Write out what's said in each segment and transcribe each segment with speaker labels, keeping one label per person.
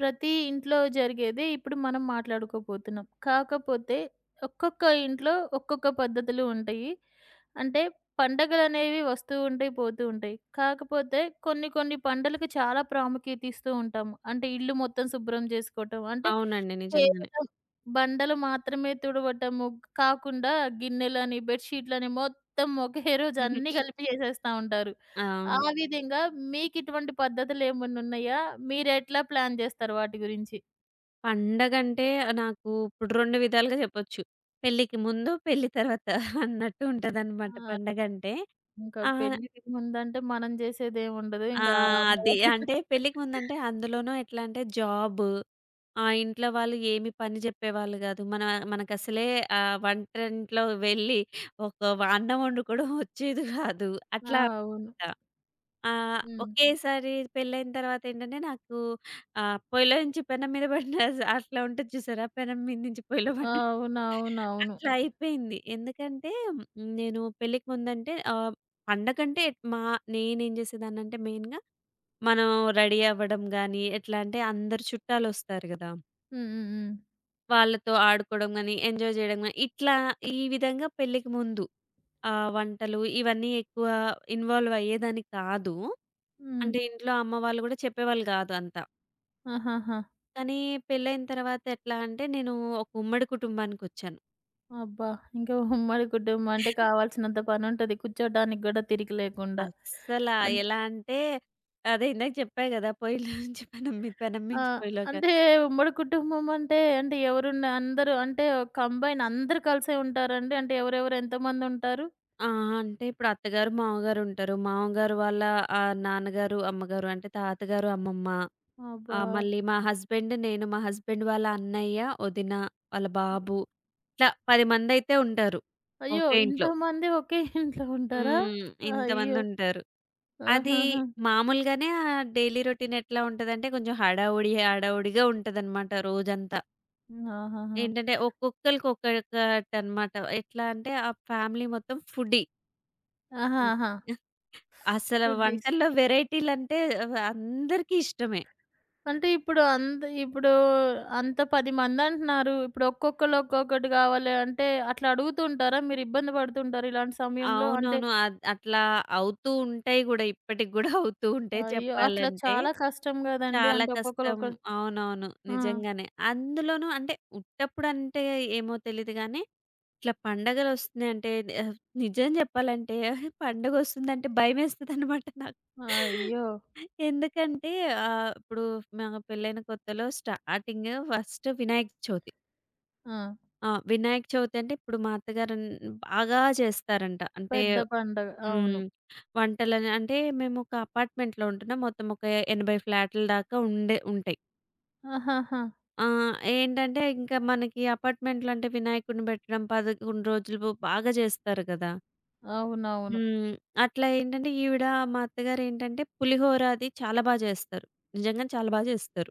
Speaker 1: ప్రతి ఇంట్లో జరిగేదే ఇప్పుడు మనం మాట్లాడుకోబోతున్నాం. కాకపోతే ఒక్కొక్క ఇంట్లో ఒక్కొక్క పద్ధతులు ఉంటాయి. అంటే పండగలనేవి వస్తూ ఉంటాయి, పోతూ ఉంటాయి. కాకపోతే కొన్ని కొన్ని పండగలకి చాలా ప్రాముఖ్యత ఇస్తూ ఉంటాము. అంటే ఇల్లు మొత్తం శుభ్రం చేసుకోవటం అంటే
Speaker 2: అవునండి. నిజంగానే.
Speaker 1: కేవలం బండలు మాత్రమే తుడవటము కాకుండా గిన్నెలని, బెడ్‌షీట్లని మొత్తం ఒకే రోజు
Speaker 2: హుహు.
Speaker 1: అన్నీ కలిపి చేసేస్తా ఉంటారు. ఆ
Speaker 2: అవును.
Speaker 1: విధంగా మీకిటువంటి పద్ధతులేమన్నున్నాయా? మీరెట్లా ప్లాన్ జేస్తారు వాటి గురించి?
Speaker 2: పండగంటే నాకు ఇప్పుడు 2 విధాలుగా చెప్పొచ్చు. పెళ్ళికి ముందు, పెళ్లి తర్వాత అన్నట్టు ఉంటదనమాట
Speaker 1: ఆ!
Speaker 2: పండగంటే.
Speaker 1: ఇంకా
Speaker 2: ఆహ్,
Speaker 1: పెళ్ళికి ముందంటే మనం జేసేదేముండదు.
Speaker 2: ఆ!
Speaker 1: ఇంకా
Speaker 2: అది.
Speaker 1: అమ్మవారు.
Speaker 2: అంటే పెళ్ళికి ముందంటే అందులోనూ ఎట్లా అంటే జాబు, ఆ ఇంట్లో వాళ్ళు ఏమి పని చెప్పేవాళ్ళు గాదు. మనకసలే వంటింట్లో వెళ్ళి ఒక వ అన్నం వండుకోవడం వచ్చేది గాదు.
Speaker 1: ఆ!
Speaker 2: అట్లా
Speaker 1: అవును.
Speaker 2: అనుకుంటా. ఆ!
Speaker 1: హ్మ్.
Speaker 2: ఒకేసారి పెళ్ళైన తర్వాతేంటంటే నాకు పొయ్యిలోంచి పెనం మీద పడిన అట్లా ఉంటది చూసారా? పెనం మీద నుంచి పొయ్యిలో పడిన
Speaker 1: అవునవునవును.
Speaker 2: అట్లా అయిపోయింది. ఎందుకంటే నేను పెళ్ళికి ముందంటే పండగంటే మా నేనేం చేసేదాన్నంటే మెయిన్‌గా మనం రెడీ అవ్వడం గానీ, ఎట్లా అంటే అందరు చుట్టాలొస్తారు గదా!
Speaker 1: హ్మ్. హ్మ్. హ్మ్.
Speaker 2: వాళ్ళతో ఆడుకోవడం గాని, ఎంజాయ్ చేయడం గాని, ఇట్లా ఈ విధంగా పెళ్ళికి ముందు వంటలు ఇవన్నీ ఎక్కువ ఇన్వాల్వ్ అయ్యేదాన్ని కాదు.
Speaker 1: హ్మ్.
Speaker 2: అంటే ఇంట్లో అమ్మ వాళ్ళు కూడా చెప్పేవాళ్ళు కాదు అంతా.
Speaker 1: ఆహాహా!
Speaker 2: కానీ పెళ్ళైన తర్వాత ఎట్లా అంటే నేను ఒక ఉమ్మడి కుటుంబానికొచ్చాను.
Speaker 1: అబ్బా! ఇంకా ఉమ్మడి కుటుంబం అంటే కావాల్సినంత పనుంటది, కూర్చోడానికి గూడా తిరిగి లేకుండా.
Speaker 2: అస్సల
Speaker 1: అంట్
Speaker 2: ఎలా అంటే అదే ఇందాక చెప్పా కదా! పొయ్యిలో నుంచి పెనం
Speaker 1: ఆ!
Speaker 2: నుంచి పొయ్యిలోకి
Speaker 1: అంటే ఉమ్మడి కుటుంబం అంటే, అంటే ఎవరున్న అందరూ అంటే కంబైన్, అందరూ కలిసే ఉంటారండి? అంటే ఎవరెవరు ఎంతమందుంటారు?
Speaker 2: ఆ! అంటే ఇప్పుడు అత్తగారు, మామగారు ఉంటారు. మామగారు వాళ్ళ నాన్నగారు, అమ్మగారు అంటే తాతగారు, అమ్మమ్మ. ఆ!
Speaker 1: అబ్బా!
Speaker 2: మళ్ళీ మా హస్బెండ్, నేను, మా హస్బెండ్ వాళ్ళ అన్నయ్య, వదిన, వాళ్ళ బాబు ఇట్లా 10 మందైతే ఉంటారు.
Speaker 1: అయ్యో!
Speaker 2: ఒకే ఇంట్లో.
Speaker 1: ఇంతమంది ఒకే ఇంట్లో ఉంటారా?
Speaker 2: హ్మ్.
Speaker 1: అయ్యో!
Speaker 2: ఇంతమందుంటారు. అది
Speaker 1: ఆహాహా!
Speaker 2: మామూలుగానే ఆ డైలీ రొటీన్ ఎట్లా ఉంటదంటే కొంచెం హడావుడి, హడావుడిగా ఉంటదనమాట రోజంతా.
Speaker 1: ఆహాహా!
Speaker 2: ఏంటంటే ఒక్కొక్కళ్ళకి ఒక్కొక్కటనమాట. ఎట్లా అంటే ఆ ఫ్యామిలీ మొత్తం ఫుడ్డీ. హ్మ్.
Speaker 1: ఆహాహా!
Speaker 2: అసలు
Speaker 1: ఫుడ్డీస్.
Speaker 2: వంటల్లో వెరైటీలంటే అందరికీ ఇష్టమే.
Speaker 1: అంటే ఇప్పుడు అంత 10 మందంటున్నారు. ఇప్పుడు ఒక్కొక్కళ్ళు ఒక్కొక్కటి కావాలి అంటే అట్లా అడుగుతుంటారా? మీరు ఇబ్బంది పడుతుంటారా ఇలాంటి సమయంలో? అంటే
Speaker 2: అవునవును. అట్లా అవుతూ ఉంటాయి గూడా. ఇప్పటికి గూడా అవుతూ ఉంటాయి
Speaker 1: అయ్యో! అట్లా
Speaker 2: చెప్పాలంటే.
Speaker 1: చాలా కష్టం గదండీ.
Speaker 2: చాలా
Speaker 1: అంటే ఒక్కొక్కళ్ళు
Speaker 2: కష్టం.
Speaker 1: ఒక్క
Speaker 2: అవునవును.
Speaker 1: ఆ!
Speaker 2: నిజంగానే. అందులోనూ అంటే ఉట్టప్పుడంటే ఏమో తెలీదు గానీ, ఇట్లా పండగలొస్తున్నాయంటే ఆహ్, నిజం జెప్పాలంటే పండగొస్తుందంటే భయమేస్తదనమాట నాకు.
Speaker 1: అయ్యో!
Speaker 2: ఎందుకంటే ఇప్పుడు మా పెళ్ళైన కొత్తలో స్టార్టింగ్ ఫస్ట్ వినాయక చవితి.
Speaker 1: ఆ!
Speaker 2: ఆ! వినాయక చవితి అంటే ఇప్పుడు మా అత్తగారు బాగా చేస్తారంట. అంటే
Speaker 1: పెద్ద పండగ.
Speaker 2: హ్మ్.
Speaker 1: అవును.
Speaker 2: వంటలని అంటే మేమొక అపార్ట్‌మెంట్‌లో ఉంటున్నాం. మొత్తం ఒక 80 ఫ్లాట్‌ల దాకా ఉండే ఉంటాయి.
Speaker 1: ఆహాహా!
Speaker 2: ఏంటంటే ఇంకా మనకి అపార్ట్‌మెంట్‌లో అంటే వినాయకుడిని పెట్టడం 11 రోజులు బాగా చేస్తారు కదా!
Speaker 1: అవునవును.
Speaker 2: హ్మ్. అట్లా ఏంటంటే మా అత్తగారేంటంటే పులిహోర అది చాలా బా చేస్తారు. నిజంగానే చాలా బా చేస్తారు.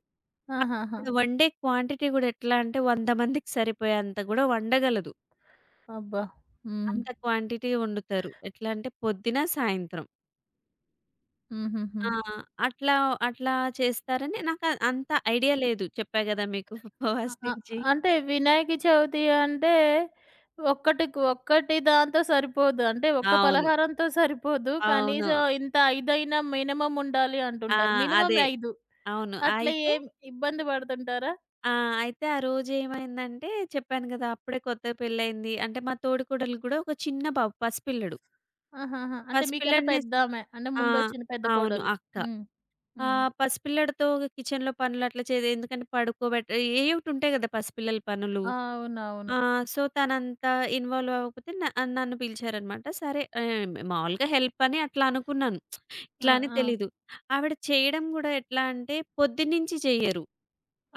Speaker 1: ఆహాహా!
Speaker 2: అక్కడ వండే క్వాంటిటీ గూడా ఎట్లా అంటే 100 మందికి సరిపోయేంత గూడా వండగలదు.
Speaker 1: అబ్బా! హ్మ్.
Speaker 2: అంత క్వాంటిటీ వండుతారు. ఎట్లా అంటే పొద్దున, సాయంత్రం.
Speaker 1: హుహుహు.
Speaker 2: ఆ! అట్లా, అట్లా చేస్తారని నాకు అంత ఐడియా లేదు. చెప్పా గదా! మీకు
Speaker 1: అ
Speaker 2: ఫస్ట్
Speaker 1: అ
Speaker 2: నుంచి.
Speaker 1: అంటే వినాయక చవితి అంటే ఒక్కటికి ఒక్కటి దాంతో సరిపోదు. అంటే ఒక్క
Speaker 2: అవును.
Speaker 1: పలహారంతో సరిపోదు.
Speaker 2: అవును.
Speaker 1: కనీసం ఇంత 5 అయినా మినిమమ్ ఉండాలి
Speaker 2: ఆ!
Speaker 1: అంటుంటారు. మినిమమ్
Speaker 2: అదే.
Speaker 1: 5.
Speaker 2: అవును.
Speaker 1: అట్లా
Speaker 2: అయితే
Speaker 1: ఏం ఇబ్బంది పడుతుంటారా?
Speaker 2: ఆ! అయితే ఆ రోజేమైందంటే చెప్పాను గదా! అప్పుడే కొత్తగా పెళ్లయింది. అంటే మా తోడికోడలికి గూడా ఒక చిన్న బాబు పసిపిల్లడు.
Speaker 1: ఆహాహా! అంటే మీకన్నా
Speaker 2: పసిపిల్లడిని స
Speaker 1: పెద్దామె. అంటే
Speaker 2: ఆ!
Speaker 1: ముందొచ్చిన పెద్ద
Speaker 2: అవును.
Speaker 1: కోడలు.
Speaker 2: అక్క.
Speaker 1: హ్మ్.
Speaker 2: ఆ
Speaker 1: హ్మ్.
Speaker 2: పసిపిల్లడితో కిచెన్‌లో పనులు అట్లా చేది ఎందుకంటే ఏ ఒకటి ఉంటాయి గదా! పసిపిల్లల పనులు. ఆ!
Speaker 1: అవునవును.
Speaker 2: సో, ఇన్వాల్వ్ అవ్వకపోతే నన్ను పిలిచారనమాట. సరే మామూలుగా హెల్ప్ అని అట్లా అనుకున్నాను.
Speaker 1: ఆ!
Speaker 2: ఇట్లా అని
Speaker 1: ఆ!
Speaker 2: తెలీదు. ఆవిడ చేయడం గూడా ఎట్లా అంటే పొద్దున్నుంచి చెయ్యరు.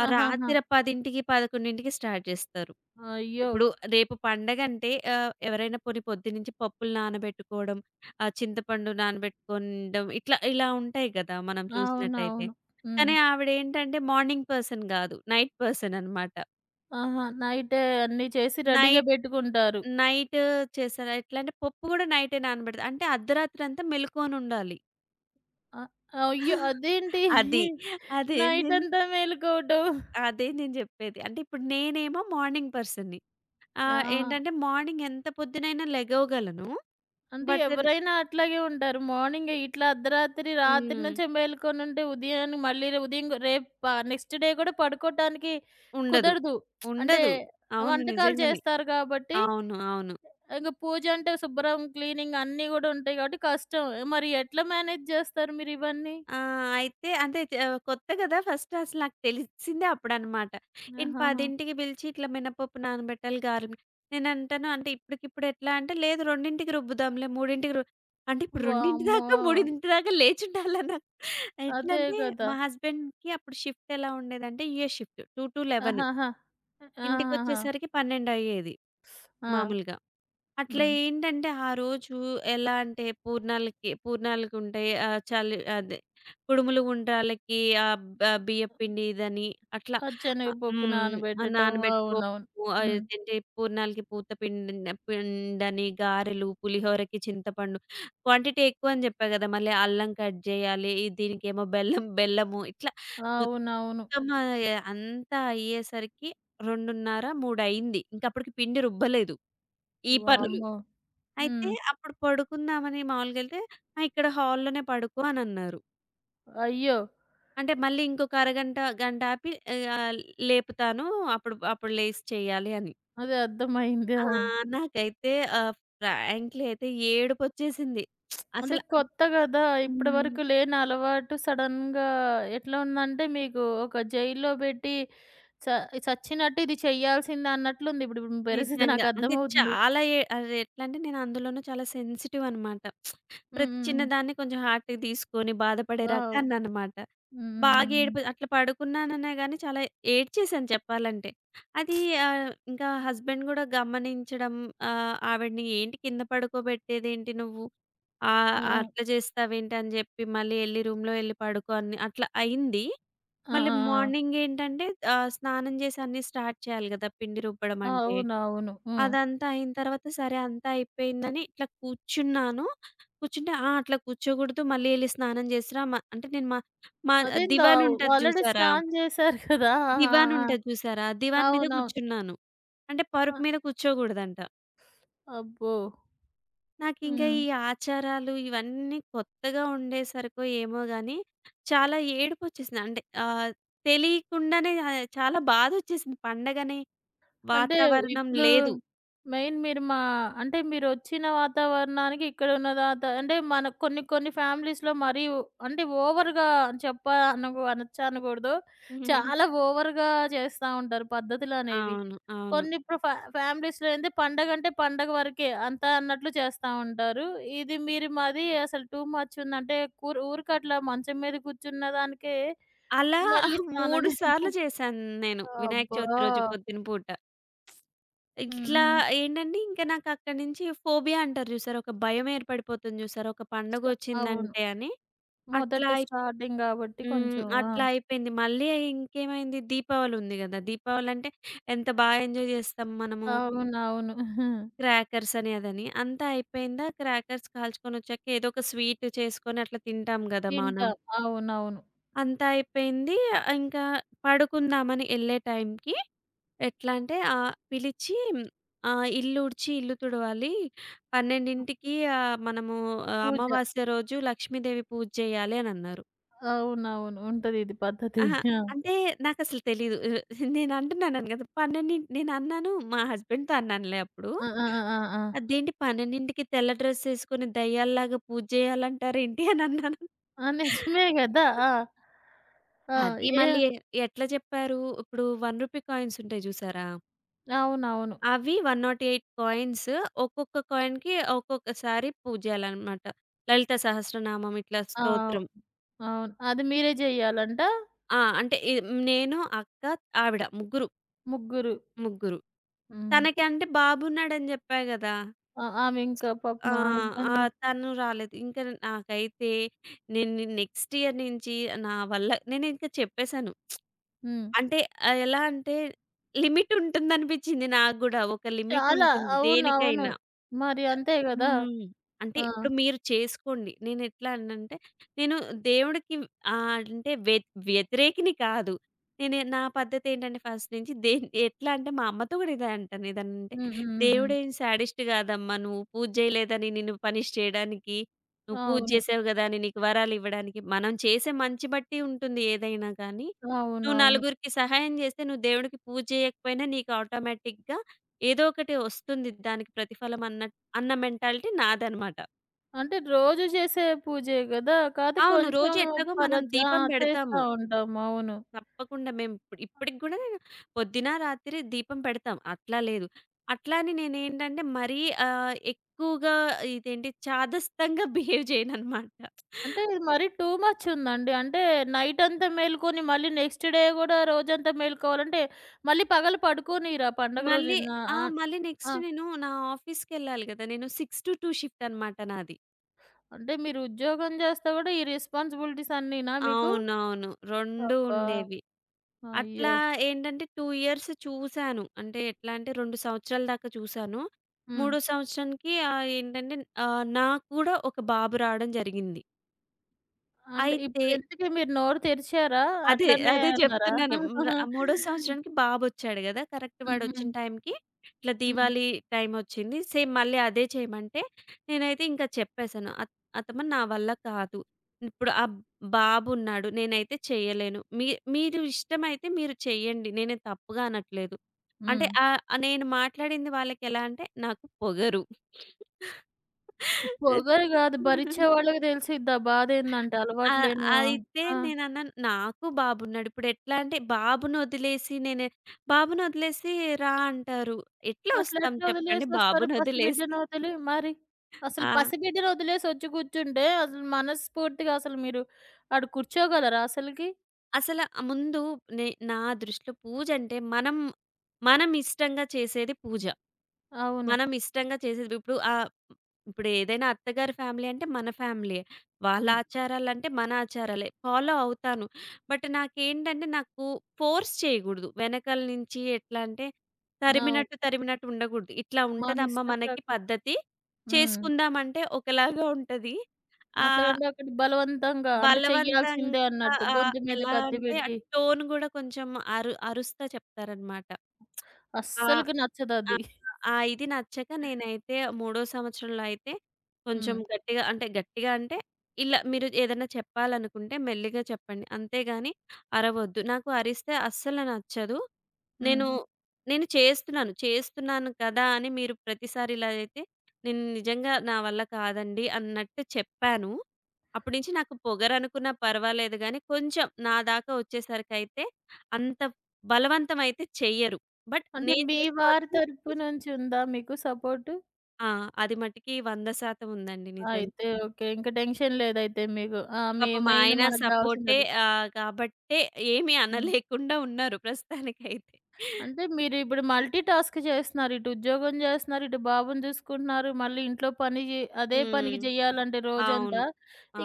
Speaker 2: ఆ
Speaker 1: ఆహాహా!
Speaker 2: రాత్రి 10:00, 11:00కి స్టార్ట్ జేస్తారు.
Speaker 1: అయ్యో!
Speaker 2: ఇప్పుడు రేపు పండగంటే ఎవరైనా పోనీ పొద్దున్నుంచి పప్పులు నానబెట్టుకోవడం, చింతపండు నానబెట్టుకోనడం ఇలా ఉంటాయి గదా! మనం చూసినట్టయితే.
Speaker 1: అవునవును. హ్మ్.
Speaker 2: కానీ ఆవిడేంటంటే మార్నింగ్ పర్సన్ గాదు. నైట్ పర్సన్ అనమాట.
Speaker 1: ఆహా! నైటే అన్నీ చేసి
Speaker 2: నై
Speaker 1: రెడీగా పెట్టుకుంటారు.
Speaker 2: నైట్ చేశారా? ఎట్లా అంటే పప్పు గూడా నైటే నానబెడతా. అంటే అర్ధరాత్రంతా మెలుకువనుండాలి.
Speaker 1: అ అయ్యో! అదేంటి?
Speaker 2: అది. అదే నేను
Speaker 1: నైటంతా మేలుకోవటం.
Speaker 2: అదే నేను జెప్పేది. అంటే ఇప్పుడు నేనేమో మార్నింగ్ పర్సన్‌ని.
Speaker 1: ఆ!
Speaker 2: ఏంటంటే మార్నింగ్ ఎంత పొద్దునైనా లెగవగలను.
Speaker 1: అంటే
Speaker 2: బట్
Speaker 1: ఎవరైనా అట్లాగే ఉంటారు. మార్నింగ్ ఇట్లా అర్ధరాత్రి, రాత్రి
Speaker 2: హ్మ్.
Speaker 1: నుంచే మేలుకొనుంటే ఉదయాన్ని మళ్ళీ రే ఉదయం గ రేపు ప నెక్స్ట్ డే కూడా పడుకోటానికి
Speaker 2: ఉండదు.
Speaker 1: కుదరదు. అంటే
Speaker 2: ఉండదు. అవును.
Speaker 1: వంటకాలు
Speaker 2: నిజంగానే.
Speaker 1: చేస్తారు కాబట్టి,
Speaker 2: అవును.
Speaker 1: ఇంక పూజ అంటే శుభ్రం, క్లీనింగ్ అన్నీ గూడా ఉంటాయి కాబట్టి కష్టం. మరి ఎట్లా మేనేజ్ జేస్తారు మీరివన్నీ?
Speaker 2: ఆ! అయితే అంటే కొత్త గదా! ఫస్ట్ అసలు నాకు తెలిసిందే అప్పుడనమాట. నేను
Speaker 1: ఆహాహా!
Speaker 2: 10కి పిలిచి ఇట్లా మినపప్పు నానబెట్టాలి గారెలు నేనంటాను అంటే ఇప్పటికిప్పుడు ఎట్లా అంటే లేదు 2కి రుబ్బుదాంలే 3కి రు అంటే ఇప్పుడు 2
Speaker 1: వామ్మో!
Speaker 2: దాకా 3 దాకా లేచుండాలా నాకు.
Speaker 1: అదే
Speaker 2: ఎట్లంటే
Speaker 1: కదా!
Speaker 2: మా హస్బెండ్‌కి అప్పుడు షిఫ్ట్ ఎలా ఉండేదంటే యూఎస్ షిఫ్ట్ 2-11.
Speaker 1: ఆహాహా! ఆహాహా!
Speaker 2: ఇంటికొచ్చేసరికి 12 అయ్యేది
Speaker 1: ఆ!
Speaker 2: మామూలుగా. అట్లా
Speaker 1: హ్మ్.
Speaker 2: ఏంటంటే, ఆ రోజు ఎలా అంటే పూర్ణాలకి పూర్ణాలకుంటాయి. చలి అదే కుడుములు, ఉండ్రాళ్ళకి ఆహ్, బ బియ్యప్పిండి ఇదని అట్లా ఆహ్,
Speaker 1: పచ్చెనగపప్పు
Speaker 2: హ్మ్. ఆహ్,
Speaker 1: నానబెట్టటం.
Speaker 2: నానబెట్టుకో
Speaker 1: అవునవును.
Speaker 2: ఆహ్,
Speaker 1: హ్మ్.
Speaker 2: ఏంటంటే పూర్ణాలకి పూత పిండిన పిండని, గారెలు, పులిహోరకి చింతపండు. క్వాంటిటీ ఎక్కువని చెప్పా గదా! మళ్ళీ అల్లం కట్ జేయాలి. ఈ దీనికేమో బెల్లము ఇట్లా
Speaker 1: అవునవును.
Speaker 2: మొత్తం అంతా అయ్యేసరికి 2:30, 3 అయింది. ఇంకప్పటికి పిండి రుబ్బలేదు. ఈ పనులు.
Speaker 1: వామ్మో!
Speaker 2: అయితే
Speaker 1: హ్మ్.
Speaker 2: అప్పుడు పడుకుందామని మామూలుగెళ్తే, "ఆ! ఇక్కడ హాల్‌లోనే పడుకో" అనన్నారు.
Speaker 1: అయ్యో!
Speaker 2: అంటే మళ్ళీ ఇంకొక అరగంట, గంట ఆపి ఆహ్, లేపుతాను అప్పుడు అప్పుడు లేసి చేయాలి అని.
Speaker 1: అదే అర్థమైంది.
Speaker 2: ఆ!
Speaker 1: ఆ!
Speaker 2: నాకైతే ఆహ్, ఫ్రాంక్‌లీ అయితే ఏడుపొచ్చేసింది.
Speaker 1: అంటే
Speaker 2: అసల
Speaker 1: కొత్త గదా!
Speaker 2: హ్మ్.
Speaker 1: ఇప్పటివరకు లేని అలవాటు సడెన్‌గా ఎట్లా ఉందంటే మీకు ఒక జైల్లో బెట్టి చ చచ్చినట్టు ఇది చేయాల్సిందే అన్నట్లుంది. ఇప్పుడు మీ పరిస్థితి
Speaker 2: నిజంగా. అంటే
Speaker 1: నాకర్థమవుతుంది.
Speaker 2: చాలా ఎ అది ఎట్లంటే నేను అందులోనూ చాలా సెన్సిటివ్ అనమాట.
Speaker 1: హ్మ్.
Speaker 2: ప్రతి
Speaker 1: హ్మ్. హ్మ్.
Speaker 2: చిన్నదాన్ని కొంచెం హార్ట్‌కి తీసుకొని బాధపడే
Speaker 1: అవ్
Speaker 2: రకాన్ననమాట. బాగా
Speaker 1: హ్మ్.
Speaker 2: ఏడిపి అట్లా పడుకున్నాననే గాని చాలా ఏడ్చేశాను చెప్పాలంటే. అది ఇంకా హస్బెండ్ గూడా గమనించడం ఆవిడని "ఏంటి కింద పడుకోబెట్టేదేంటి నువ్వు?
Speaker 1: ఆ!
Speaker 2: అట్లా చేస్తావేంటి?" అని జెప్పి మళ్ళీ ఎళ్లి పడుకో అని అట్లా అయింది.
Speaker 1: ఆ!
Speaker 2: మళ్ళీ
Speaker 1: ఆ!
Speaker 2: మార్నింగ్ ఏంటంటే స్నానం చేసి అన్నీ స్టార్ట్ చేయాలి గదా! పిండి రుబ్బడం
Speaker 1: ఆ!
Speaker 2: అంటే.
Speaker 1: అవునవును. హ్మ్.
Speaker 2: అదంతా అయిన తర్వాత సరే అంతా అయిపోయిందని ఇట్లా కూర్చున్నాను. కూర్చుంటే ఆ! అట్లా కూర్చోకూడదు మళ్ళీ ఎళ్లి స్నానం చేసిరా మ అంటే నేను మా మా
Speaker 1: అదేందో
Speaker 2: దివాన్ ఉంటది
Speaker 1: ఆల్రెడీ
Speaker 2: చూసారా?
Speaker 1: స్నానం జేశారు కదా! ఆ!
Speaker 2: దివాన్
Speaker 1: ఆ!
Speaker 2: ఉంటది
Speaker 1: ఆ!
Speaker 2: చూసారా? దివాన్ మీద
Speaker 1: అవునవును.
Speaker 2: కూర్చున్నాను. అంటే
Speaker 1: అ!
Speaker 2: పరుపు మీద కూర్చోకూడదంట.
Speaker 1: అబ్బో!
Speaker 2: నాకింకా
Speaker 1: హ్మ్.
Speaker 2: ఈ ఆచారాలు ఇవన్నీ కొత్తగా ఉండేసరికో ఏమో గాని చాలా ఏడుపొచ్చేసింది. అంటే తెలియకుండానే చాలా బాధొచ్చేసింది. పండగనే
Speaker 1: అంటే
Speaker 2: వాతావరణం
Speaker 1: ఇప్పుడు
Speaker 2: లేదు.
Speaker 1: మెయిన్ మీరు మా అంటే మీరొచ్చిన వాతావరణానికి ఇక్కడున్న వాత, అంటే మన కొన్ని కొన్ని ఫ్యామిలీస్‌లో మరీ అంటే ఓవర్‌గా చెప్ప అనకు అనొచ్చా అనకూడదు. చాలా ఓవర్‌గా చేస్తా ఉంటారు పద్ధతులనేవి.
Speaker 2: అవును.
Speaker 1: కొన్ని ఇప్పుడు ఫ్యా ఫ్యామిలీస్‌లో ఏంది పండగంటే పండగ వరకే అంతా అన్నట్లు చేస్తా ఉంటారు. ఇది మీరు మాది అసలు టూ మచ్ ఉందంటే ఊరికట్లా మంచం మీద కూర్చున్న దానికే
Speaker 2: అలా
Speaker 1: మళ్ళీ స్నానం
Speaker 2: 3 సార్లు
Speaker 1: చే
Speaker 2: చేశాను నేను. వినాయక చవితి
Speaker 1: అబ్బా!
Speaker 2: రోజు పొద్దున పూట.
Speaker 1: హ్మ్.
Speaker 2: ఇట్లా
Speaker 1: హ్మ్.
Speaker 2: ఏంటంటే ఇంక నాకక్కడి నుంచి ఫోబియా అంటారు చూసారా? ఒక భయం ఏర్పడిపోతుంది చూసారా? ఒక
Speaker 1: స్ట అవును.
Speaker 2: పండగొచ్చిందంటే అని.
Speaker 1: మొదట
Speaker 2: అట్లా అయి
Speaker 1: స్టార్టింగ్ గాబట్టి
Speaker 2: హ్మ్.
Speaker 1: కొంచెం. ఆ!
Speaker 2: అట్లా అయిపోయింది. మళ్ళీ ఇంకేమైంది దీపావళి ఉంది గదా! దీపావళంటే ఎంత బా ఎంజాయ్ చేస్తాం మనము.
Speaker 1: అవునవును.
Speaker 2: క్రాకర్స్ అని అదని. అంతా అయిపోయిందా క్రాకర్స్ కాల్చుకొనొచ్చాక ఏదో ఒక స్వీట్ చేసుకొని అట్లా తింటాం గదా! మనం.
Speaker 1: తింటాం. అవునవును.
Speaker 2: అంతా అయిపోయింది. ఇంకా పడుకుందామని ఎళ్ళే టైంకి ఎట్లా అంటే పిలిచి "ఇల్లు ఊడ్చి, ఇల్లు తుడవాలి. 12కి మనము
Speaker 1: పూజ.
Speaker 2: అమావాస్య రోజు లక్ష్మీదేవి పూజ చేయాలి" అనన్నారు.
Speaker 1: అవునవును. ఉంటది ఇది పద్ధతి.
Speaker 2: అహా!
Speaker 1: ఆ!
Speaker 2: అంటే నాకసలు తెలీదు. నేను అంటున్నాను కదా! 12 నేను అన్నాను మా హస్బెండ్‌తో అన్నానులే అప్పుడు.
Speaker 1: ఆ! ఆ! ఆ! ఆ!
Speaker 2: "అదేంటి 12కి తెల్ల డ్రెస్ ఏసుకొని దయ్యాల్లాగా పూజ చేయాలంటారేంటి" అని అన్నాను.
Speaker 1: ఆ! నిజమే గదా! ఆ! ఆ!
Speaker 2: అది
Speaker 1: ఏ
Speaker 2: మళ్ళీ ఎట్లా చెప్పారు? ఇప్పుడు రూ. 1 కాయిన్స్ ఉంటాయి చూసారా?
Speaker 1: అవునవును.
Speaker 2: అవి 108 కాయిన్స్ ఒక్కొక్క కాయిన్‌కి ఒక్కొక్కసారి పూజ చేయాలనమాట. లలిత సహస్రనామం ఇట్లా
Speaker 1: ఆ!
Speaker 2: స్తోత్రం.
Speaker 1: అవును. అవును. అది మీరే జెయ్యాలంట?
Speaker 2: ఆ! అంటే నేను, అక్క, ఆవిడ ముగ్గురు.
Speaker 1: ముగ్గురు.
Speaker 2: ముగ్గురు.
Speaker 1: హ్మ్.
Speaker 2: తనకి అంటే బాబున్నాడని చెప్పా గదా!
Speaker 1: ఆ! ఆమె ఇంకా
Speaker 2: ఆ!
Speaker 1: పాపం ఆ
Speaker 2: ఆ!
Speaker 1: ఇబ్బంది.
Speaker 2: తను రాలేదు. ఇంకా నాకైతే నేను నెక్స్ట్ ఇయర్ నుంచి నా వల్ల నేనింకా చెప్పేసాను.
Speaker 1: హ్మ్.
Speaker 2: అంటే ఎలా అంటే లిమిట్ ఉంటుందనిపించింది నాకు గూడా. ఒక లిమిట్
Speaker 1: చాలా.
Speaker 2: ఉంటుంది
Speaker 1: అవునవును.
Speaker 2: దేనికైనా.
Speaker 1: మరి అంతే గదా!
Speaker 2: హ్మ్. అంటే
Speaker 1: ఆ!
Speaker 2: ఇప్పుడు మీరు చేసుకోండి. నేనెట్లా అనంటే నేను దేవుడికి అంటే వ్యతిరేకిని కాదు. నేను నా పద్ధతేంటంటే ఫస్ట్ నుంచి దేన్ ఎట్లా అంటే మా అమ్మతో గూడా ఇదే అంటాను. ఏదనంటే
Speaker 1: హ్మ్. హ్మ్. హ్మ్. హ్మ్.
Speaker 2: "దేవుడేం శాడిస్ట్ గాదమ్మా. నువ్వు పూజ చేయలేదని నిన్ను పనిష్ చేయడానికి. నువ్వు పూజ
Speaker 1: అవును.
Speaker 2: చేసావు గదా అని నీకు వరాలివ్వడానికి." మనం చేసే మంచి బట్టి ఉంటుంది ఏదైనా కానీ నువ్వు
Speaker 1: అవునవును.
Speaker 2: నలుగురికి సహాయం చేస్తే, నువ్వు దేవుడికి పూజ చేయకపోయినా నీకు ఆటోమేటిక్‌గా ఏదో ఒకటి వస్తుంది దానికి ప్రతిఫలం అన్న మెంటాలిటీ నాదనమాట.
Speaker 1: అంటే రోజు చేసే పూజే గదా! కాతే
Speaker 2: అవును. రోజు
Speaker 1: కొంచెం
Speaker 2: ఎట్లాగో మనం
Speaker 1: ఆ!
Speaker 2: దీపం
Speaker 1: చేస్తా
Speaker 2: పెడతాము.
Speaker 1: ఉంటాం. అవును.
Speaker 2: తప్పకుండా మేము ఇప్పుడు ఇప్పటికి గూడా పొద్దున, రాత్రి దీపం పెడతాం. అట్లా లేదు. అట్లా అని నేనేంటంటే మరీ ఎక్కువగా ఇదేంటి చాదస్తంగా బిహేవ్ చేయననమాట.
Speaker 1: అంటే ఇది మరీ టూ మచ్ ఉందండి. అంటే నైట్ అంతా మేలుకొని మళ్ళీ నెక్స్ట్ డే గూడా రోజంతా మేలుకోవాలంటే మళ్ళీ పగలు పడుకోనియరా పండగ
Speaker 2: మళ్ళీ
Speaker 1: రోజున?
Speaker 2: ఆ!
Speaker 1: ఆహ్,
Speaker 2: మళ్ళీ
Speaker 1: ఆ!
Speaker 2: నెక్స్ట్ నేను నా ఆఫీస్‌కెళ్ళాలి గదా! నేను 6-2 షిఫ్ట్ అనమాట నాది.
Speaker 1: అంటే మీరు ఉద్యోగం చేస్తా గూడా ఈ రెస్పాన్సిబిలిటీస్ అన్నీనా మీకు?
Speaker 2: అవునవును. 2
Speaker 1: అబ్బా!
Speaker 2: ఉండేవి. అట్లా
Speaker 1: అయ్యో!
Speaker 2: ఏంటంటే 2 ఇయర్స్ చూసాను. అంటే ఎట్లా అంటే 2 సంవత్సరాల దాకా చూసాను.
Speaker 1: హ్మ్.
Speaker 2: మూడో సంవత్సరానికి ఏంటంటే నాకు కూడా ఒక బాబు రావడం జరిగింది.
Speaker 1: అంటే
Speaker 2: అయితే
Speaker 1: ఇప్పుడు ఇంతకి మీరు నోరు తెరిచారా?
Speaker 2: అదే.
Speaker 1: అట్లనే
Speaker 2: అదే
Speaker 1: అన్నారా?
Speaker 2: చెప్తున్నాను. హ్మ్. మూడో సంవత్సరానికి బాబొచ్చాడు గదా! కరెక్ట్
Speaker 1: హ్మ్.
Speaker 2: వాడొచ్చిన
Speaker 1: హ్మ్.
Speaker 2: టైంకి ఇట్లా
Speaker 1: హ్మ్.
Speaker 2: దీవాళీ టైమొచ్చింది. సేమ్ మళ్ళీ అదే చేయమంటే, నేనైతే ఇంకా చెప్పేసాను. అత్తమ్మ నా వల్ల కాదు. ఇప్పుడు ఆ బాబున్నాడు. నేనైతే చేయలేను. మీరు ఇష్టమైతే మీరు చేయండి. నేనేం తప్పుగా అనట్లేదు. అంటే
Speaker 1: హ్మ్.
Speaker 2: ఆహ్, ఆహ్, నేను మాట్లాడింది వాళ్ళకెలా అంటే నాకు పొగరు.
Speaker 1: పొగరు గాదు. భరించే వాళ్ళకి తెలిసిద్ది ఆ బాధేందంటే
Speaker 2: ఆ!
Speaker 1: అలవాటులేని
Speaker 2: అయితే
Speaker 1: ఆ!
Speaker 2: నేనన్నాను, నాకు బాబున్నాడు. ఇప్పుడెట్లా అంటే బాబుని వదిలేసి నేను బాబుని వదిలేసి రా అంటారు. ఎట్లా
Speaker 1: అట్లా
Speaker 2: వస్తాం
Speaker 1: ఎట్లా
Speaker 2: చెప్పండి
Speaker 1: వదిలేసొస్తారు
Speaker 2: బాబుని వదిలేసి.
Speaker 1: పసిబిడ్డను వదిలి మరి? అసలు
Speaker 2: ఆ!
Speaker 1: పసిబిడ్డను వదిలేసి వచ్చి కూర్చుంటే అసలు మనస్ఫూర్తిగా అసలు మీరు ఆడ కూర్చోగలరా అసలకి?
Speaker 2: అసల ముందు నే నా దృష్టిలో పూజంటే మనం ఇష్టంగా చేసేది పూజ.
Speaker 1: అవును.
Speaker 2: మనం ఇష్టంగా చేసేది. ఇప్పుడు ఇప్పుడు ఏదైనా అత్తగారి ఫ్యామిలీ అంటే మన ఫ్యామిలీయే. వాళ్ళ
Speaker 1: హ్మ్.
Speaker 2: ఆచారాలంటే మన ఆచారాలే. ఫాలో అవుతాను. బట్ నాకేంటంటే నాకు ఫోర్స్ చేయగూడదు. వెనకాల నుంచి ఎట్లా అంటే
Speaker 1: అవును.
Speaker 2: తరిమినట్టు ఉండగూడదు. ఇట్లా
Speaker 1: మన
Speaker 2: ఉంటదమ్మా
Speaker 1: ఇష్ట
Speaker 2: మనకి
Speaker 1: ప్రకా
Speaker 2: పద్ధతి.
Speaker 1: హ్మ్.
Speaker 2: చేసుకుందామంటే ఒకలాగా ఉంటది. ఆహ్,
Speaker 1: అట్లాగంటే ఒకటి బలవంతంగా అంటే చెయ్యాల్సిందే
Speaker 2: బలవంతంగా
Speaker 1: అన్నట్టు గొంతు మీద
Speaker 2: ఎలా
Speaker 1: కత్తి
Speaker 2: అంటే ఆ
Speaker 1: పెట్టి
Speaker 2: టోన్ గూడా కొంచెం అరుస్తా చెప్తారనమాట. ఆ!
Speaker 1: అస్సలకి
Speaker 2: ఆ!
Speaker 1: నచ్చదది.
Speaker 2: ఆ ఇది నచ్చక నేనైతే మూడో సంవత్సరంలో అయితే కొంచెం
Speaker 1: హ్మ్.
Speaker 2: గట్టిగా అంటే గట్టిగా అంటే ఇలా మీరు ఏదైనా చెప్పాలనుకుంటే మెల్లిగా చెప్పండి. అంతేగాని అరవొద్దు. నాకు అరిస్తే అస్సలు నచ్చదు.
Speaker 1: హ్మ్.
Speaker 2: నేను హ్మ్. నేను చేస్తున్నాను. చేస్తున్నాను కదా! అని మీరు ప్రతిసారి ఇలా అయితే నేను నిజంగా నా వల్ల కాదండి అన్నట్టు చెప్పాను. అప్పటి నుంచి నాకు పొగరనుకున్నా పర్వాలేదు గానీ కొంచెం నా దాకా వచ్చేసరికయితే అంత బలవంతం అయితే చెయ్యరు. బట్
Speaker 1: అంటే
Speaker 2: నేను
Speaker 1: మీ వారి
Speaker 2: చేసుకోవాల్సింది
Speaker 1: తరపు
Speaker 2: చేసు
Speaker 1: నుంచి ఉందా మీకు సపోర్టు?
Speaker 2: ఆ! అది మటికి 100% ఉందండి నిజంగా.
Speaker 1: అయితే ఓకే. ఇంక టెన్షన్ లేదైతే మీకు. ఆ! మీ
Speaker 2: పాపం
Speaker 1: మెయిన్
Speaker 2: ఆయన
Speaker 1: మనకు
Speaker 2: సపోర్టే
Speaker 1: గావాల్సిందదే.
Speaker 2: కాబట్టే ఏమి
Speaker 1: హ్మ్.
Speaker 2: అనలేకుండా ఉన్నారు ప్రస్తుతానికైతే.
Speaker 1: అంటే మీరిప్పుడు మల్టీ టాస్క్ చేస్తున్నారు. ఇటు ఉద్యోగం చేస్తున్నారు, ఇటు బాబుని చూసుకుంటున్నారు, మళ్ళీ ఇంట్లో పని జే అదే పనికి
Speaker 2: హ్మ్.
Speaker 1: జేయాలంటే
Speaker 2: అవును.
Speaker 1: రోజంతా.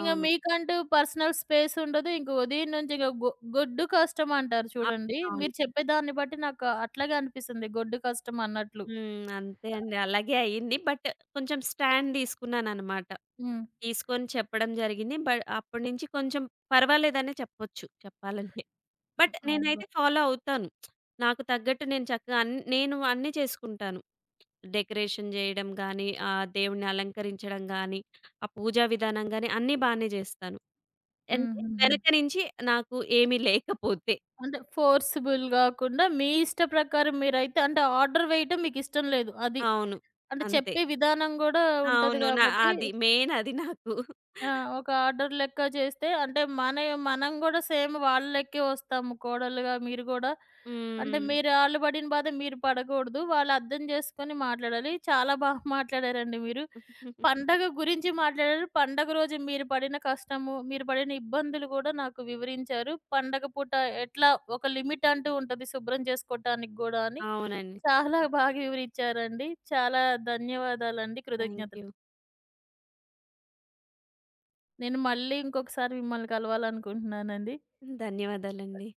Speaker 1: ఇంగ మీకంటూ పర్సనల్ స్పేస్ ఉండదు. ఇంక ఉదయం నుంచి ఇగ గొడ్డు కష్టం అంటారు చూడండి.
Speaker 2: అవునవును.
Speaker 1: మీరు చెప్పే దాన్ని బట్టి నాకు అట్లాగే అనిపిస్తుంది, గొడ్డు కష్టం అన్నట్లు.
Speaker 2: హ్మ్. అంతే అండి. అలాగే అయింది. బట్ కొంచెం స్టాండ్ తీసుకున్నాననమాట.
Speaker 1: హ్మ్.
Speaker 2: తీసుకొని చెప్పడం జరిగింది. బ అప్పటినుంచి కొంచెం పర్వాలేదనే చెప్పొచ్చు చెప్పాలంటే. బట్
Speaker 1: అబ్బా!
Speaker 2: నేనైతే ఫాలో అవుతాను. నాకు తగ్గట్టు నేను చక్కగా నేను అన్నీ చేసుకుంటాను. డెకరేషన్ జేయడం గానీ, దేవుడిని అలంకరించడం గానీ, ఆ పూజా విధానం గానీ అన్నీ బానే జేస్తాను. అంటే
Speaker 1: హుహుహు.
Speaker 2: వెనక నుంచి నాకు ఏమీ లేకపోతే.
Speaker 1: అంటే ఫోర్సిబుల్ గాకుండా మీ ఇష్ట ప్రకారం మీరైతే అంటే ఆర్డర్ వేయటం మీకిష్టం లేదు. అది.
Speaker 2: అవును.
Speaker 1: అంటే
Speaker 2: అంతే.
Speaker 1: చెప్పే విధానం గూడా ఉంటది
Speaker 2: అవును. నా
Speaker 1: గాబట్టి
Speaker 2: అది మెయిన్ అది నాకు.
Speaker 1: ఆ! ఒక ఆర్డర్ లెక్క చేస్తే అంటే మన మనం గూడా సేమ్ వాళ్ళ లెక్కే వస్తాము కోడలుగా మీరు గూడా. అంటే
Speaker 2: హ్మ్.
Speaker 1: మీరు ఆళ్ళు పడిన బాధ మీరు పడకూడదు. వాళ్ళు అర్థం చేసుకొని మాట్లాడాలి. చాలా బాగా మాట్లాడారండి మీరు. పండగ గురించి మాట్లాడారు. పండగ రోజు మీరు పడిన కష్టము, మీరు పడిన ఇబ్బందులు గూడా నాకు వివరించారు. పండగ పూట ఎట్లా ఒక లిమిట్ అంటూ ఉంటది శుభ్రం చేసుకోవటానికి గూడా అని
Speaker 2: అవునండి.
Speaker 1: చాలా బాగా వివరించారండి. చాలా ధన్యవాదాలండి.
Speaker 2: థాంక్
Speaker 1: కృతజ్ఞతలు.
Speaker 2: యూ.
Speaker 1: నేను మళ్ళీ ఇంకొకసారి మిమ్మల్ని కలవాలనుకుంటున్నానండి.
Speaker 2: ధన్యవాదాలండి.